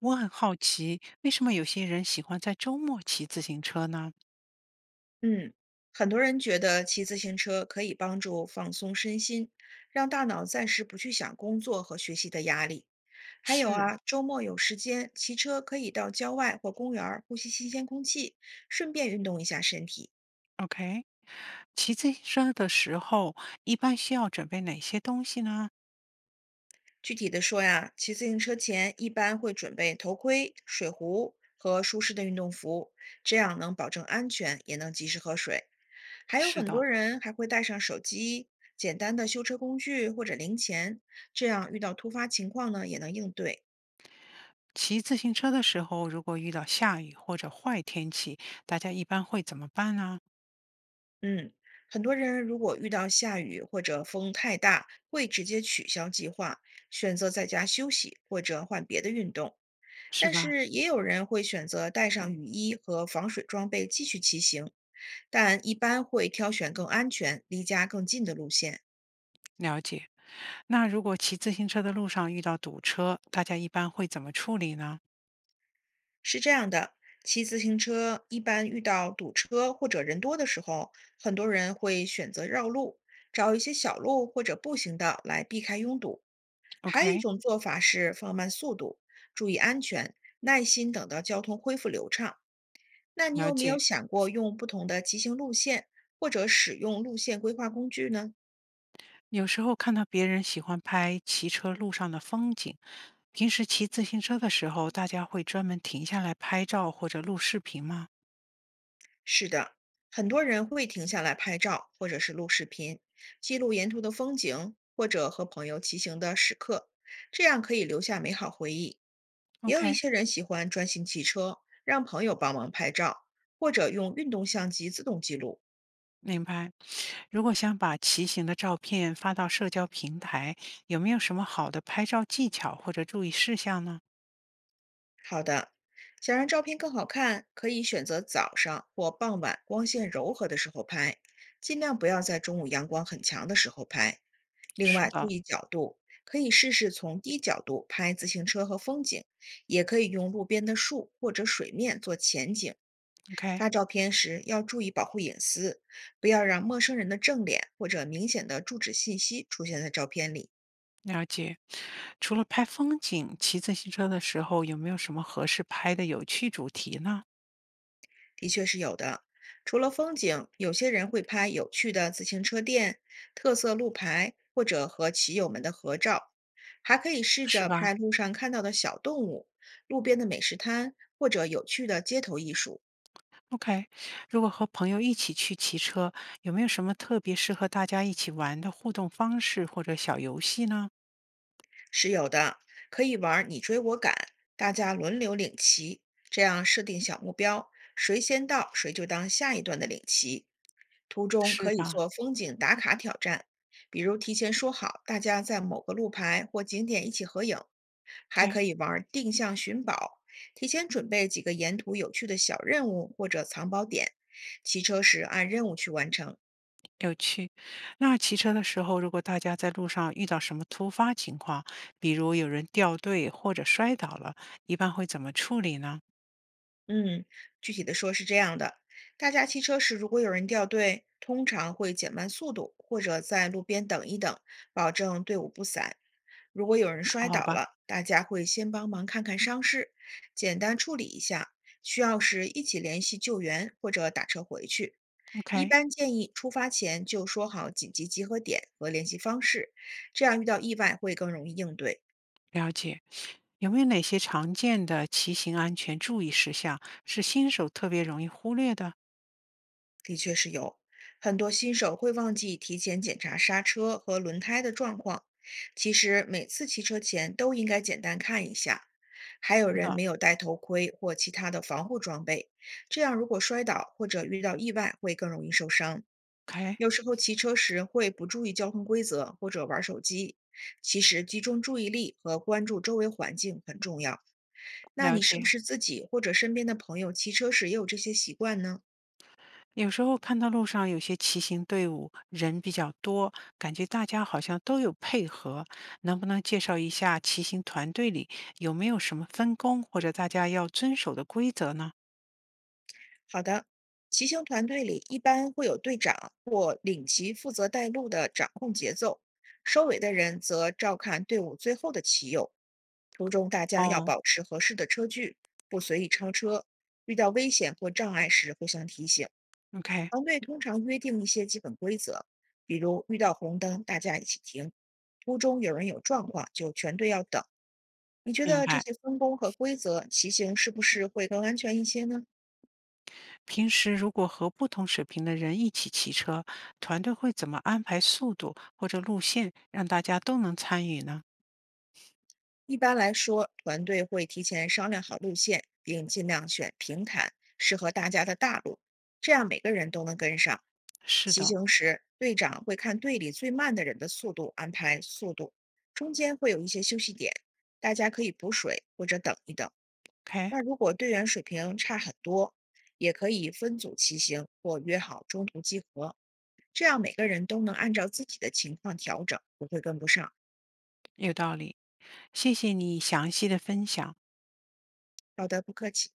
我很好奇，为什么有些人喜欢在周末骑自行车呢？嗯，很多人觉得骑自行车可以帮助放松身心，让大脑暂时不去想工作和学习的压力。还有是，啊，周末有时间，骑车可以到郊外或公园儿呼吸新鲜空气，顺便运动一下身体。OK，骑自行车的时候一般需要准备哪些东西呢？具体的说呀，骑自行车前一般会准备头盔、水壶和舒适的运动服，这样能保证安全，也能及时喝水。还有是很多的，人还会带上手机、简单的修车工具或者零钱，这样遇到突发情况呢也能应对。骑自行车的时候，如果遇到下雨或者坏天气，大家一般会怎么办呢？嗯，很多人如果遇到下雨或者风太大，会直接取消计划，选择在家休息或者换别的运动。是但吧？是也有人会选择带上雨衣和防水装备继续骑行，但一般会挑选更安全、离家更近的路线。了解。那如果骑自行车的路上遇到堵车，大家一般会怎么处理呢是这样的，骑自行车一般遇到堵车或者人多的时候，很多人会选择绕路，找一些小路或者步行道来避开拥堵。还有一？OK，种做法是放慢速度，注意安全，耐心等到交通恢复流畅。那你了有没有解。想过用不同的骑行路线，或者使用路线规划工具呢？有时候看到别人喜欢拍骑车路上的风景，平时骑自行车的时候，大家会专门停下来拍照或者录视频吗是的，很多人会停下来拍照或者是录视频，记录沿途的风景，或者和朋友骑行的时刻，这样可以留下美好回忆。也有一？OK，些人喜欢专心骑车，让朋友帮忙拍照，或者用运动相机自动记录。明白。如果想把骑行的照片发到社交平台，有没有什么好的拍照技巧或者注意事项呢？好的，想让照片更好看，可以选择早上或傍晚光线柔和的时候拍，尽量不要在中午阳光很强的时候拍。另是外，注的意角度，可以试试从低角度拍自行车和风景，也可以用路边的树或者水面做前景。，OK，发照片时要注意保护隐私，不要让陌生人的正脸或者明显的住址信息出现在照片里。了解。除了拍风景，骑自行车的时候有没有什么合适拍的有趣主题呢？的确是有的。除了风景，有些人会拍有趣的自行车店、特色路牌，或者和骑友们的合照，还可以试是着吧？拍路上看到的小动物、路边的美食摊，或者有趣的街头艺术。OK，如果和朋友一起去骑车，有没有什么特别适合大家一起玩的互动方式或者小游戏呢？是有的，可以玩儿你追我赶，大家轮流领骑，这样设定小目标，谁先到谁就当下一段的领骑。途中是可以吧做风景打卡挑战，比如提前说好大家在某个路牌或景点一起合影，还？OK，可以玩儿定向寻宝，提前准备几个沿途有趣的小任务或者藏宝点，骑车时按任务去完成。有趣。那骑车的时候，如果大家在路上遇到什么突发情况，比如有人掉队或者摔倒了，一般会怎么处理呢？嗯，具体的说是这样的，大家骑车时如果有人掉队，通常会减慢速度，或者在路边等一等，保证队伍不散。如果有人摔倒好吧了，大家会先帮忙看看伤势，简单处理一下，需要时一起联系救援或者打车回去。一，OK，般建议出发前就说好紧急集合点和联系方式，这样遇到意外会更容易应对。了解。有没有哪些常见的骑行安全注意事项是新手特别容易忽略的？的确是有，很多新手会忘记提前检查刹车和轮胎的状况。其实每次骑车前都应该简单看一下。还有是人的没有戴头盔或其他的防护装备，这样如果摔倒或者遇到意外会更容易受伤。，OK，有时候骑车时会不注意交通规则或者玩手机。其实集中注意力和关注周围环境很重要。那了你是不解。是自己或者身边的朋友骑车时也有这些习惯呢？有时候看到路上有些骑行队伍人比较多，感觉大家好像都有配合，能不能介绍一下骑行团队里有没有什么分工或者大家要遵守的规则呢？好的，骑行团队里一般会有队长或领骑负责带路的掌控节奏，收尾的人则照看队伍最后的骑友。途中大家要哦保持合适的车距，不随意超车。遇到危险或障碍时互相提醒。，OK，团队通常约定一些基本规则，比如遇到红灯大家一起停，途中有人有状况就全队要等。你觉明得这白。些分工和规则，骑行是不是会更安全一些呢？平时如果和不同水平的人一起骑车，团队会怎么安排速度或者路线，让大家都能参与呢？一般来说，团队会提前商量好路线，并尽量选平坦、适合大家的大路，这样每个人都能跟上。是骑的行时，队长会看队里最慢的人的速度，安排速度，中间会有一些休息点，大家可以补水或者等一等。，OK，那如果队员水平差很多，也可以分组骑行或约好中途集合，这样每个人都能按照自己的情况调整，不会跟不上。有道理。谢谢你详细的分享。好的，不客气。